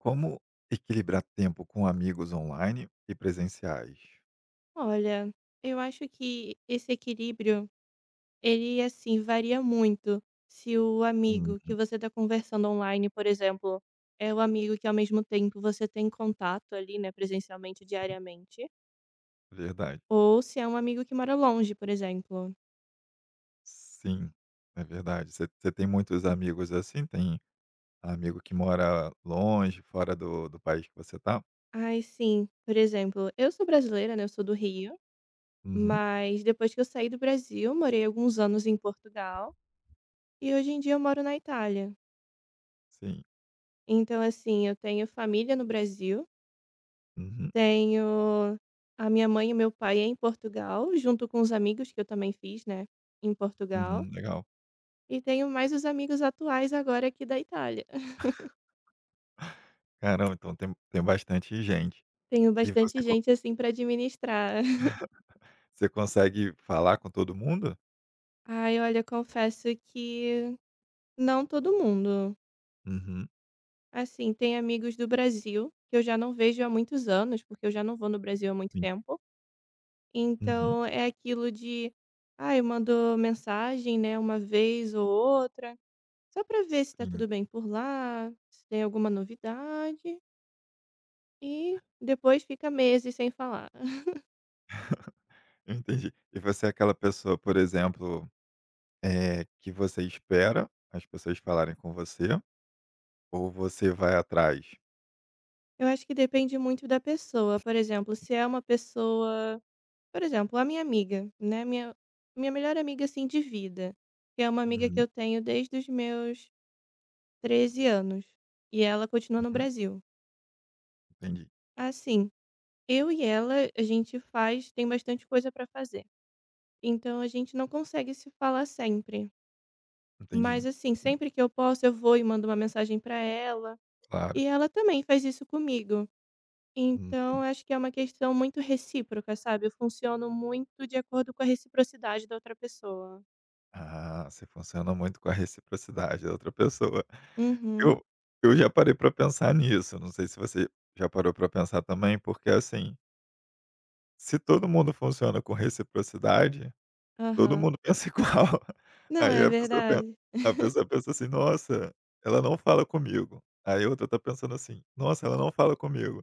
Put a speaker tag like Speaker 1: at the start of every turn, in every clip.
Speaker 1: Como equilibrar tempo com amigos online e presenciais?
Speaker 2: Olha, eu acho que esse equilíbrio, ele assim varia muito. Se o amigo que
Speaker 1: Uhum.
Speaker 2: você está conversando online, por exemplo, é o amigo que ao mesmo tempo você tem contato ali, né, presencialmente, diariamente,
Speaker 1: Verdade.
Speaker 2: ou se é um amigo que mora longe, por exemplo.
Speaker 1: Sim, é verdade. Você tem muitos amigos assim? Tem amigo que mora longe, fora do país que você tá?
Speaker 2: Ai, sim, por exemplo, eu sou brasileira, né, eu sou do Rio,
Speaker 1: Uhum,
Speaker 2: mas depois que eu saí do Brasil, morei alguns anos em Portugal e hoje em dia eu moro na Itália.
Speaker 1: sim.
Speaker 2: Então, assim, eu tenho família no Brasil.
Speaker 1: Uhum,
Speaker 2: Tenho a minha mãe e o meu pai em Portugal, junto com os amigos que eu também fiz, né, em Portugal.
Speaker 1: uhum, legal.
Speaker 2: E tenho mais os amigos atuais agora aqui da Itália.
Speaker 1: Caramba, então tem bastante gente.
Speaker 2: Tenho
Speaker 1: E
Speaker 2: bastante gente, assim, para administrar.
Speaker 1: você consegue falar com todo mundo?
Speaker 2: Ai, olha, confesso que não todo mundo.
Speaker 1: Uhum,
Speaker 2: Assim, tem amigos do Brasil que eu já não vejo há muitos anos, porque eu já não vou no Brasil há muito
Speaker 1: entendi.
Speaker 2: tempo.
Speaker 1: Uhum,
Speaker 2: Então é aquilo de, ai, mandou mensagem, né, uma vez ou outra. Só para ver se tá
Speaker 1: sim,
Speaker 2: tudo bem por lá, se tem alguma novidade e depois fica meses sem falar.
Speaker 1: eu entendi. E você é aquela pessoa, por exemplo, que você espera as pessoas falarem com você, ou você vai atrás?
Speaker 2: Eu acho que depende muito da pessoa, por exemplo, se é uma pessoa, por exemplo, a minha amiga, né, minha melhor amiga, assim, de vida, que é uma amiga que
Speaker 1: Uhum,
Speaker 2: eu tenho desde os meus 13 anos, e ela continua no
Speaker 1: uhum,
Speaker 2: Brasil.
Speaker 1: entendi,
Speaker 2: Assim, eu e ela, a gente faz tem bastante coisa para fazer, então a gente não consegue se falar sempre. Mas,
Speaker 1: entendi.
Speaker 2: assim,
Speaker 1: Uhum,
Speaker 2: sempre que eu posso, eu vou e mando uma mensagem para ela,
Speaker 1: claro.
Speaker 2: e ela também faz isso comigo.
Speaker 1: Hum.
Speaker 2: Então, acho que é uma questão muito recíproca, sabe? Eu funciono muito de acordo com a reciprocidade da outra pessoa.
Speaker 1: Ah, você funciona muito com a reciprocidade da outra pessoa.
Speaker 2: Uhum.
Speaker 1: Eu eu já parei para pensar nisso, não sei se você já parou para pensar também, porque, assim, se todo mundo funciona com reciprocidade, todo
Speaker 2: Aham.
Speaker 1: mundo pensa igual.
Speaker 2: Não,
Speaker 1: Aí
Speaker 2: é
Speaker 1: a pessoa pensa
Speaker 2: verdade.
Speaker 1: a pessoa pensa assim: "Nossa, ela não fala comigo". Aí a outra tá pensando assim: "Nossa, ela não fala comigo".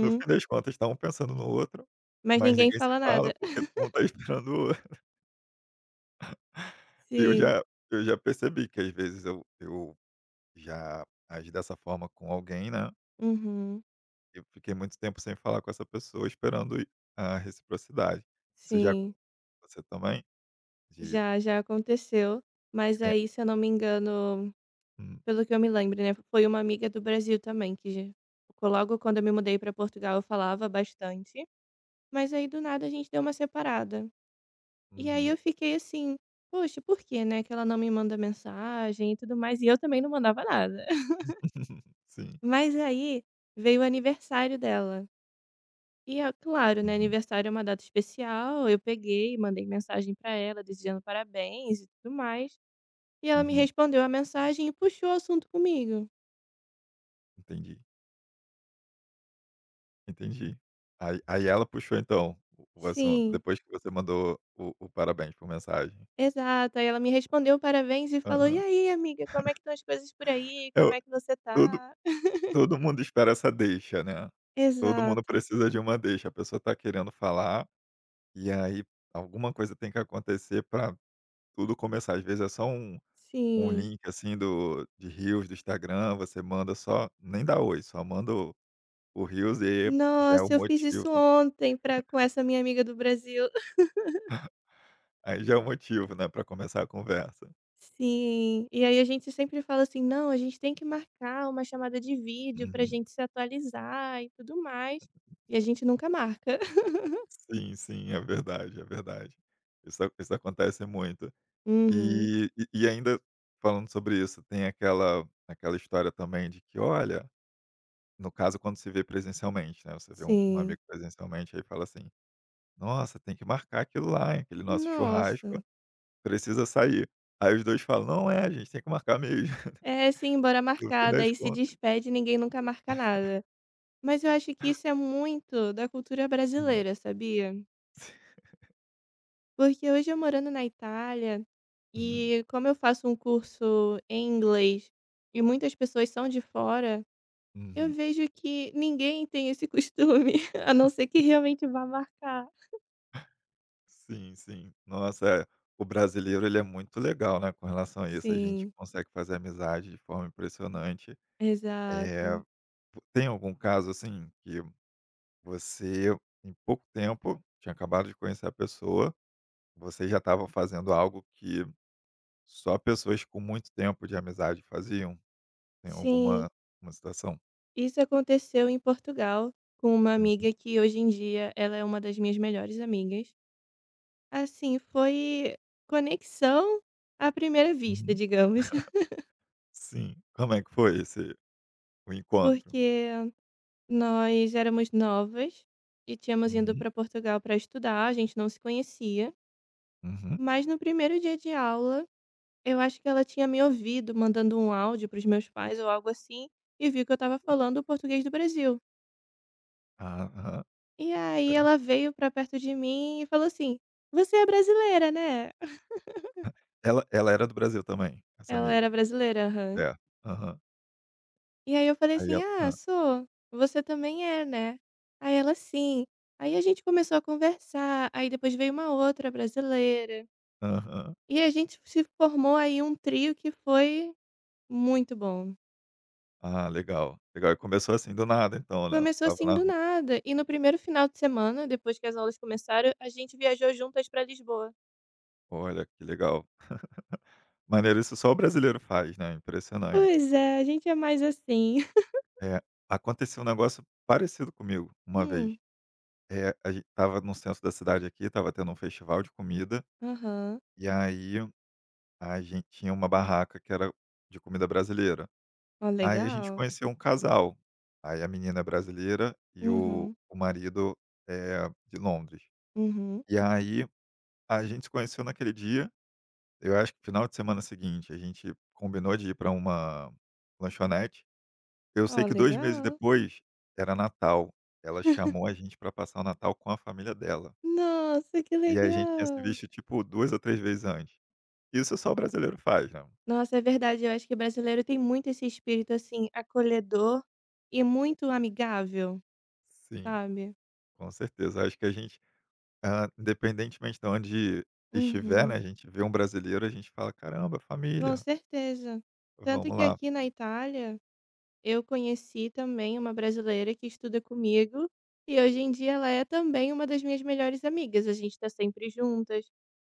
Speaker 1: No fim das contas, tá um pensando no outro,
Speaker 2: Mas
Speaker 1: mas
Speaker 2: ninguém
Speaker 1: ninguém se
Speaker 2: fala
Speaker 1: fala,
Speaker 2: nada.
Speaker 1: porque todo mundo tá esperando o outro. E eu
Speaker 2: Sim.
Speaker 1: já eu já percebi que, às vezes, eu já agi dessa forma com alguém, né,
Speaker 2: Uhum.
Speaker 1: eu fiquei muito tempo sem falar com essa pessoa, esperando a reciprocidade. Isso já
Speaker 2: Sim.
Speaker 1: aconteceu com você também? De
Speaker 2: Já, já aconteceu. Mas
Speaker 1: de
Speaker 2: aí, se eu não me engano.
Speaker 1: hum,
Speaker 2: Pelo que eu me lembro, né, foi uma amiga do Brasil também que logo quando eu me mudei para Portugal eu falava bastante, mas aí do nada a gente deu uma separada. E aí
Speaker 1: uhum.
Speaker 2: eu fiquei assim: "Poxa, por que, né, que ela não me manda mensagem e tudo mais", e eu também não mandava nada.
Speaker 1: Sim.
Speaker 2: Mas aí veio o aniversário dela. E é claro, né,
Speaker 1: Uhum,
Speaker 2: aniversário é uma data especial, eu peguei mandei mensagem para ela desejando parabéns e tudo mais, e ela me
Speaker 1: uhum.
Speaker 2: respondeu a mensagem e puxou o assunto comigo.
Speaker 1: Entendi, entendi. Aí ela puxou então o assunto,
Speaker 2: Sim.
Speaker 1: depois que você mandou o parabéns por mensagem.
Speaker 2: Exato, aí ela me respondeu parabéns e falou: "E
Speaker 1: Aham.
Speaker 2: aí amiga, como é que estão as coisas por aí?
Speaker 1: É,
Speaker 2: Como é que você
Speaker 1: todo
Speaker 2: tá?"
Speaker 1: todo mundo espera essa deixa, né. Todo mundo
Speaker 2: Exato,
Speaker 1: precisa de uma deixa, a pessoa tá querendo falar, e aí alguma coisa tem que acontecer para tudo começar. Às vezes é só um
Speaker 2: sim.
Speaker 1: link, assim, do de reels do Instagram, você manda só nem dá "oi", só manda o reels e já é o
Speaker 2: Nossa, eu fiz
Speaker 1: motivo
Speaker 2: isso ontem pra com essa minha amiga do Brasil.
Speaker 1: aí já é o motivo, né, para começar a conversa.
Speaker 2: Sim, e aí a gente sempre fala assim: "Não, a gente tem que marcar uma chamada de vídeo pra
Speaker 1: Uhum.
Speaker 2: gente se atualizar e tudo mais", e a gente nunca marca.
Speaker 1: Sim, sim, é verdade, é verdade. Isso acontece muito.
Speaker 2: Uhum,
Speaker 1: E ainda falando sobre isso, tem aquela história também de que, olha, no caso quando se vê presencialmente, né, você vê um
Speaker 2: sim.
Speaker 1: amigo presencialmente, aí fala assim: "Nossa, tem que marcar aquilo lá, hein, aquele nosso
Speaker 2: Nossa,
Speaker 1: churrasco, precisa sair". Aí os 2 falam: "Não, é, a gente tem que marcar mesmo",
Speaker 2: é sim, bora
Speaker 1: no fim
Speaker 2: marcar,
Speaker 1: das
Speaker 2: daí se
Speaker 1: contas.
Speaker 2: despede e ninguém nunca marca nada. Mas eu acho que isso é muito da cultura
Speaker 1: Hum.
Speaker 2: brasileira, sabia? Porque hoje eu morando na Itália
Speaker 1: Uhum.
Speaker 2: e como eu faço um curso em inglês e muitas pessoas são de fora, eu
Speaker 1: Uhum.
Speaker 2: vejo que ninguém tem esse costume, a não ser que realmente vá marcar.
Speaker 1: Sim, sim. Nossa, é, o brasileiro ele é muito legal, né, com relação a isso, a gente
Speaker 2: Sim,
Speaker 1: consegue fazer amizade de forma impressionante. Eh,
Speaker 2: exato.
Speaker 1: vo Tem algum caso, assim, que você, em pouco tempo, tinha acabado de conhecer a pessoa, vocês já estavam fazendo algo que só pessoas com muito tempo de amizade faziam? Tem
Speaker 2: Sim,
Speaker 1: alguma uma situação?
Speaker 2: isso aconteceu em Portugal com uma
Speaker 1: Uhum,
Speaker 2: amiga que hoje em dia ela é uma das minhas melhores amigas. Assim, foi conexão à primeira vista,
Speaker 1: uhum.
Speaker 2: digamos.
Speaker 1: Sim. Como é que foi esse o encontro?
Speaker 2: Porque nós éramos novas e tínhamos ido
Speaker 1: Uhum,
Speaker 2: para Portugal para estudar, a gente não se conhecia,
Speaker 1: uhum.
Speaker 2: mas no primeiro dia de aula, eu acho que ela tinha me ouvido mandando um áudio para os meus pais ou algo assim, e viu que eu estava falando o português do Brasil.
Speaker 1: Ah, aham,
Speaker 2: E aí
Speaker 1: certo.
Speaker 2: ela veio para perto de mim e falou assim: "Você é brasileira, né?"
Speaker 1: Ela era do Brasil também, essa
Speaker 2: Ela
Speaker 1: amiga?
Speaker 2: era brasileira, aham.
Speaker 1: É. Aham.
Speaker 2: E aí eu falei
Speaker 1: Aí
Speaker 2: assim:
Speaker 1: ela
Speaker 2: "Ah,
Speaker 1: Hã.
Speaker 2: sou. Você também é, né?" Aí ela: "Sim". Aí a gente começou a conversar, aí depois veio uma outra brasileira,
Speaker 1: Aham.
Speaker 2: e a gente se formou aí um trio que foi muito bom.
Speaker 1: Ah, legal, legal. E começou assim do nada então, né,
Speaker 2: Começou
Speaker 1: estava
Speaker 2: assim
Speaker 1: na
Speaker 2: do
Speaker 1: rua.
Speaker 2: nada, e no primeiro final de semana, depois que as aulas começaram, a gente viajou juntas pra Lisboa.
Speaker 1: Olha, que legal. Maneiro, isso só o brasileiro faz, né, impressionante.
Speaker 2: Pois é, a gente é mais assim.
Speaker 1: É, aconteceu um negócio parecido comigo uma vez.
Speaker 2: "Hum,
Speaker 1: A gente estava no centro da cidade aqui, estava tendo um festival de comida,
Speaker 2: aham.
Speaker 1: e aí a gente tinha uma barraca que era de comida brasileira.
Speaker 2: Ó,
Speaker 1: Aí a gente
Speaker 2: legal.
Speaker 1: conheceu um casal, aí a menina é brasileira e o
Speaker 2: Uhum,
Speaker 1: o marido é de Londres.
Speaker 2: uhum.
Speaker 1: E aí a gente se conheceu naquele dia, eu acho que final de semana seguinte, a gente combinou de ir para uma lanchonete. Eu sei
Speaker 2: Ó,
Speaker 1: que 2 meses
Speaker 2: legal.
Speaker 1: depois era Natal, ela chamou a gente para passar o Natal com a família dela.
Speaker 2: Nossa, que
Speaker 1: E a gente tinha se
Speaker 2: legal".
Speaker 1: visto, tipo, 2 ou 3 vezes antes. Isso só o brasileiro faz, né.
Speaker 2: Nossa, é verdade. Eu acho que brasileiro tem muito esse espírito, assim, acolhedor e muito amigável,
Speaker 1: Sim,
Speaker 2: sabe.
Speaker 1: com certeza. Acho que a gente, independentemente de onde estiver, né,
Speaker 2: Uhum.
Speaker 1: a gente vê um brasileiro, a gente fala: "Caramba,
Speaker 2: Com
Speaker 1: família,
Speaker 2: certeza. Tanto
Speaker 1: vamos
Speaker 2: que
Speaker 1: lá".
Speaker 2: aqui na Itália, eu conheci também uma brasileira que estuda comigo e hoje em dia ela é também uma das minhas melhores amigas. A gente tá sempre juntas,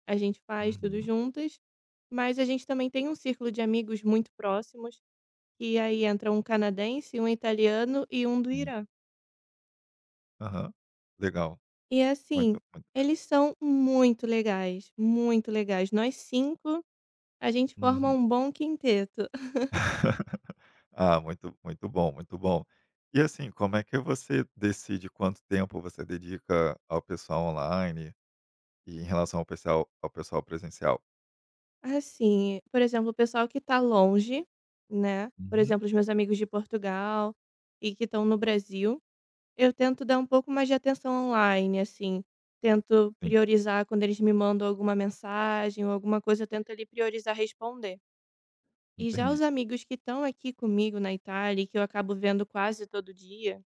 Speaker 2: a gente faz tudo
Speaker 1: Uhum,
Speaker 2: juntas, mas a gente também tem um círculo de amigos muito próximos, e aí entra um canadense, um italiano e um do
Speaker 1: sim.
Speaker 2: Irã.
Speaker 1: Aham. Legal.
Speaker 2: E
Speaker 1: Muito,
Speaker 2: assim,
Speaker 1: muito.
Speaker 2: eles são muito legais, muito legais. Nós 5 a gente forma
Speaker 1: Uhum.
Speaker 2: um bom quinteto.
Speaker 1: Ah, muito muito bom, muito bom. E assim, como é que você decide quanto tempo você dedica ao pessoal online e em relação ao pessoal presencial?
Speaker 2: Assim, por exemplo, o pessoal que tá longe, né, por
Speaker 1: Uhum.
Speaker 2: exemplo, os meus amigos de Portugal e que estão no Brasil, eu tento dar um pouco mais de atenção online, assim. Tento
Speaker 1: Sim,
Speaker 2: priorizar quando eles me mandam alguma mensagem ou alguma coisa, eu tento ali priorizar responder. E já os
Speaker 1: entendi.
Speaker 2: amigos que estão aqui comigo na Itália e que eu acabo vendo quase todo dia.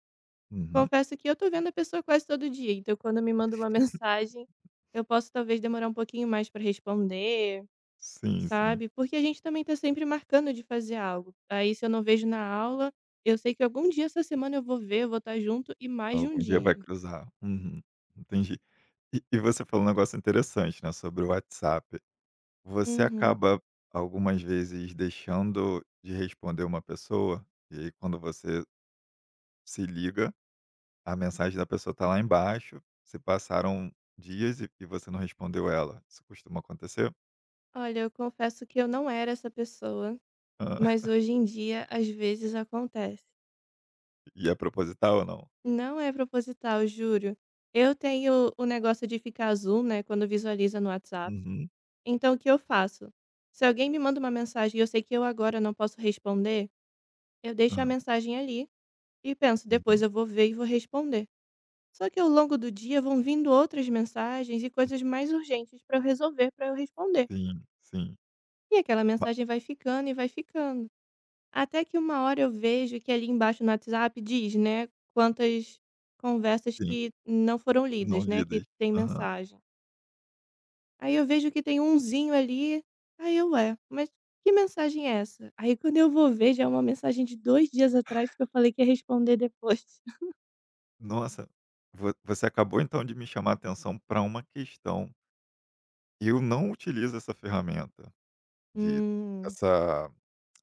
Speaker 1: Uhum.
Speaker 2: Confesso que eu tô vendo a pessoa quase todo dia, então quando me manda uma mensagem, eu posso talvez demorar um pouquinho mais pra responder,
Speaker 1: Sim, sim.
Speaker 2: sabe? Porque a gente também tá sempre marcando de fazer algo. Aí se eu não vejo na aula, eu sei que algum dia essa semana eu vou ver, eu vou estar junto e mais de um
Speaker 1: Algum dia vai
Speaker 2: dia.
Speaker 1: cruzar. Uhum. Entendi. E você falou um negócio interessante, né, sobre o WhatsApp. Você
Speaker 2: Uhum.
Speaker 1: acaba algumas vezes deixando de responder uma pessoa, e aí quando você se liga, a mensagem da pessoa tá lá embaixo, se passaram dias e você não respondeu ela. Isso costuma acontecer?
Speaker 2: Olha, eu confesso que eu não era essa pessoa,
Speaker 1: Hã.
Speaker 2: mas hoje em dia às vezes acontece.
Speaker 1: E é proposital ou não?
Speaker 2: Não é proposital, juro. Eu tenho o negócio de ficar azul, né, quando visualiza no WhatsApp.
Speaker 1: Uhum.
Speaker 2: Então o que eu faço? Se alguém me manda uma mensagem e eu sei que eu agora não posso responder, eu deixo a
Speaker 1: Hã.
Speaker 2: mensagem ali e penso, depois
Speaker 1: Uhum.
Speaker 2: eu vou ver e vou responder. Só que ao longo do dia vão vindo outras mensagens e coisas mais urgentes para eu resolver, para eu responder.
Speaker 1: Sim, sim.
Speaker 2: E aquela
Speaker 1: Ma
Speaker 2: mensagem vai ficando e vai ficando. Até que uma hora eu vejo que ali embaixo no WhatsApp diz, né, quantas conversas
Speaker 1: Sim.
Speaker 2: que não foram
Speaker 1: Não
Speaker 2: lidas, né, que
Speaker 1: lidas.
Speaker 2: tem
Speaker 1: Aham.
Speaker 2: mensagem. Aí eu vejo que tem umzinho ali, aí eu: "Ué, mas que mensagem é essa?". Aí quando eu vou ver já é uma mensagem de 2 dias atrás que eu falei que ia responder depois.
Speaker 1: Nossa, vo você acabou então de me chamar a atenção para uma questão. Eu não utilizo essa ferramenta de
Speaker 2: Hum.
Speaker 1: essa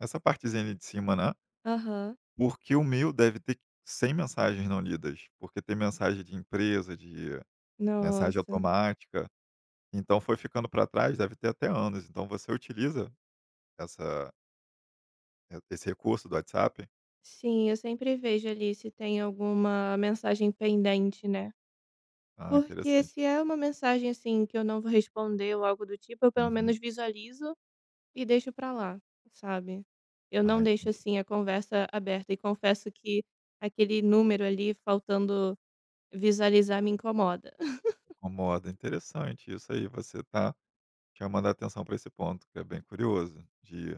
Speaker 1: essa partezinha ali de cima, né,
Speaker 2: Aham.
Speaker 1: porque o meu deve ter 100 mensagens não lidas, porque tem mensagem de empresa, de mensagem
Speaker 2: Nossa.
Speaker 1: automática. Então foi ficando para trás, deve ter até anos. Então você utiliza essa esse recurso do WhatsApp?
Speaker 2: Sim, eu sempre vejo ali se tem alguma mensagem pendente, né.
Speaker 1: Ah,
Speaker 2: Porque
Speaker 1: interessante.
Speaker 2: se é uma mensagem, assim, que eu não vou responder ou algo do tipo, eu pelo
Speaker 1: Uhum.
Speaker 2: menos visualizo e deixo pra lá, sabe. Eu
Speaker 1: Ah,
Speaker 2: não deixo,
Speaker 1: entendi.
Speaker 2: assim, a conversa aberta e confesso que aquele número ali faltando visualizar me incomoda.
Speaker 1: Incomoda. Interessante isso aí, você tá chamando a atenção para esse ponto, que é bem curioso, de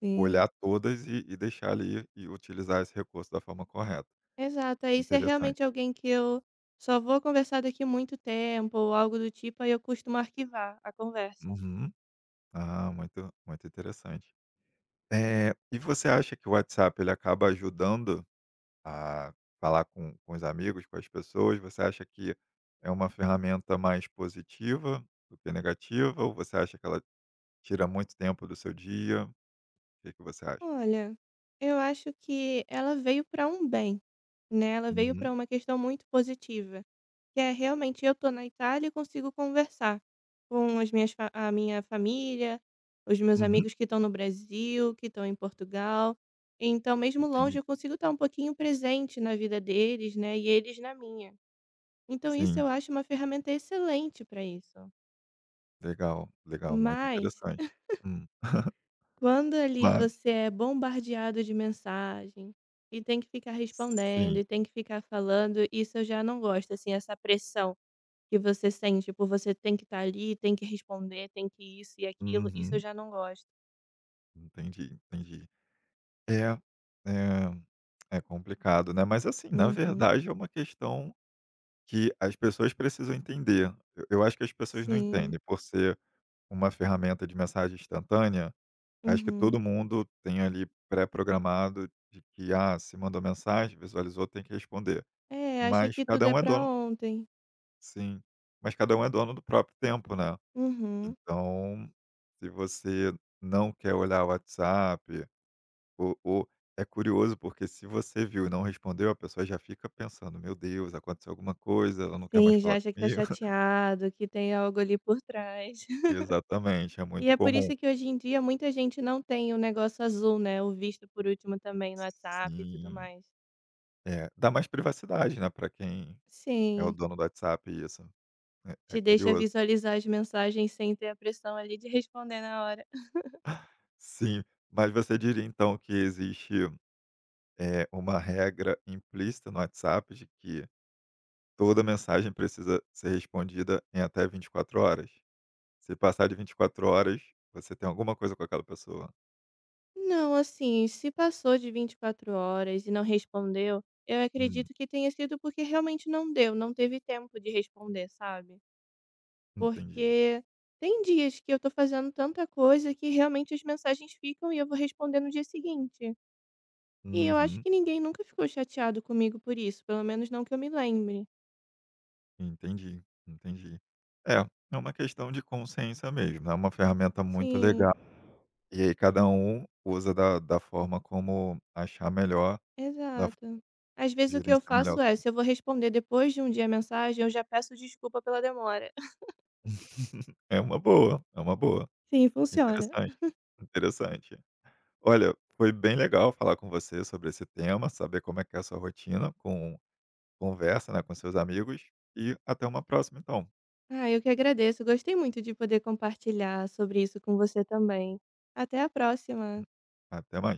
Speaker 2: Sim.
Speaker 1: olhar todas e deixar ali e utilizar esse recurso da forma correta.
Speaker 2: Exato, aí se é realmente
Speaker 1: Interessante.
Speaker 2: alguém que eu só vou conversar daqui muito tempo ou algo do tipo, aí eu costumo arquivar a conversa.
Speaker 1: Uhum. Ah, muito muito interessante. E você acha que o WhatsApp ele acaba ajudando a falar com os amigos, com as pessoas, você acha que é uma ferramenta mais positiva do que negativa ou você acha que ela tira muito tempo do seu dia? O Que que você acha?
Speaker 2: Olha, eu acho que ela veio para um bem. Né, ela veio para
Speaker 1: Uhum,
Speaker 2: uma questão muito positiva, que é realmente eu tô na Itália e consigo conversar com as minhas fa a minha família, os meus
Speaker 1: uhum,
Speaker 2: amigos que estão no Brasil, que estão em Portugal. Então mesmo
Speaker 1: entendi.
Speaker 2: longe eu consigo estar um pouquinho presente na vida deles, né, e eles na minha. Então isso
Speaker 1: Sim,
Speaker 2: eu acho uma ferramenta excelente para isso.
Speaker 1: legal, legal, muito
Speaker 2: Mas,
Speaker 1: interessante. Hum.
Speaker 2: quando ali
Speaker 1: Mas
Speaker 2: você é bombardeado de mensagem, e tem que ficar respondendo,
Speaker 1: sim.
Speaker 2: e tem que ficar falando, isso eu já não gosto, assim, essa pressão. Que você sente, tipo, você tem que estar ali, tem que responder, tem que isso e aquilo, isso eu
Speaker 1: Uhum,
Speaker 2: já não gosto.
Speaker 1: entendi, entendi. É, é é complicado, né, mas assim, na
Speaker 2: Uhum,
Speaker 1: verdade é uma questão que as pessoas precisam entender. Eu acho que as pessoas não
Speaker 2: sim.
Speaker 1: entendem por ser uma ferramenta de mensagem instantânea, acho que
Speaker 2: Uhum.
Speaker 1: todo mundo tem ali pré-programado de que, ah, se mandou mensagem, visualizou, tem que responder.
Speaker 2: É, acha
Speaker 1: Mas
Speaker 2: que tudo
Speaker 1: cada
Speaker 2: é
Speaker 1: um é
Speaker 2: pra
Speaker 1: dono
Speaker 2: ontem.
Speaker 1: Sim, mas cada um é dono do próprio tempo, né.
Speaker 2: Uhum.
Speaker 1: Então, se você não quer olhar o WhatsApp ou é curioso, porque se você viu e não respondeu, a pessoa já fica pensando: "Meu Deus, aconteceu alguma coisa, ela não quer mais
Speaker 2: Sim, já
Speaker 1: falar
Speaker 2: acha que tá
Speaker 1: comigo".
Speaker 2: chateado, que tem algo ali por trás.
Speaker 1: Exatamente, é
Speaker 2: E
Speaker 1: muito
Speaker 2: é por
Speaker 1: comum.
Speaker 2: isso que hoje em dia muita gente não tem o negócio azul, né, o visto por último também no WhatsApp e tudo
Speaker 1: Sim.
Speaker 2: mais.
Speaker 1: É, dá mais privacidade, né, para quem é o
Speaker 2: Sim,
Speaker 1: dono do WhatsApp isso. É
Speaker 2: te
Speaker 1: é
Speaker 2: deixa
Speaker 1: curioso.
Speaker 2: visualizar as mensagens sem ter a pressão ali de responder na hora.
Speaker 1: Sim, mas você diria então que existe, uma regra implícita no WhatsApp de que toda mensagem precisa ser respondida em até 24 horas? Se passar de 24 horas, você tem alguma coisa com aquela pessoa.
Speaker 2: Não, assim, se passou de 24 horas e não respondeu, eu
Speaker 1: Hum,
Speaker 2: acredito que tenha sido porque realmente não deu, não teve tempo de responder, sabe?
Speaker 1: entendi.
Speaker 2: Porque tem dias que eu tô fazendo tanta coisa que realmente as mensagens ficam e eu vou responder no dia seguinte. E eu acho
Speaker 1: Uhum,
Speaker 2: que ninguém nunca ficou chateado comigo por isso, pelo menos não que eu me lembre.
Speaker 1: entendi, entendi. É, é uma questão de consciência mesmo, é uma ferramenta muito
Speaker 2: Sim,
Speaker 1: legal. E aí cada um usa da forma como achar melhor, da f
Speaker 2: exato. Às vezes o que eu
Speaker 1: gerenciar melhor
Speaker 2: faço
Speaker 1: o
Speaker 2: é,
Speaker 1: tempo.
Speaker 2: se eu vou responder depois de um dia a mensagem, eu já peço desculpa pela demora.
Speaker 1: É uma boa, é uma boa.
Speaker 2: Sim, funciona.
Speaker 1: Interessante, interessante. Olha, foi bem legal falar com você sobre esse tema, saber como é que é a sua rotina com conversa, né, com seus amigos, e até uma próxima então.
Speaker 2: Ah, eu que agradeço. Gostei muito de poder compartilhar sobre isso com você também. Até a próxima.
Speaker 1: Até mais.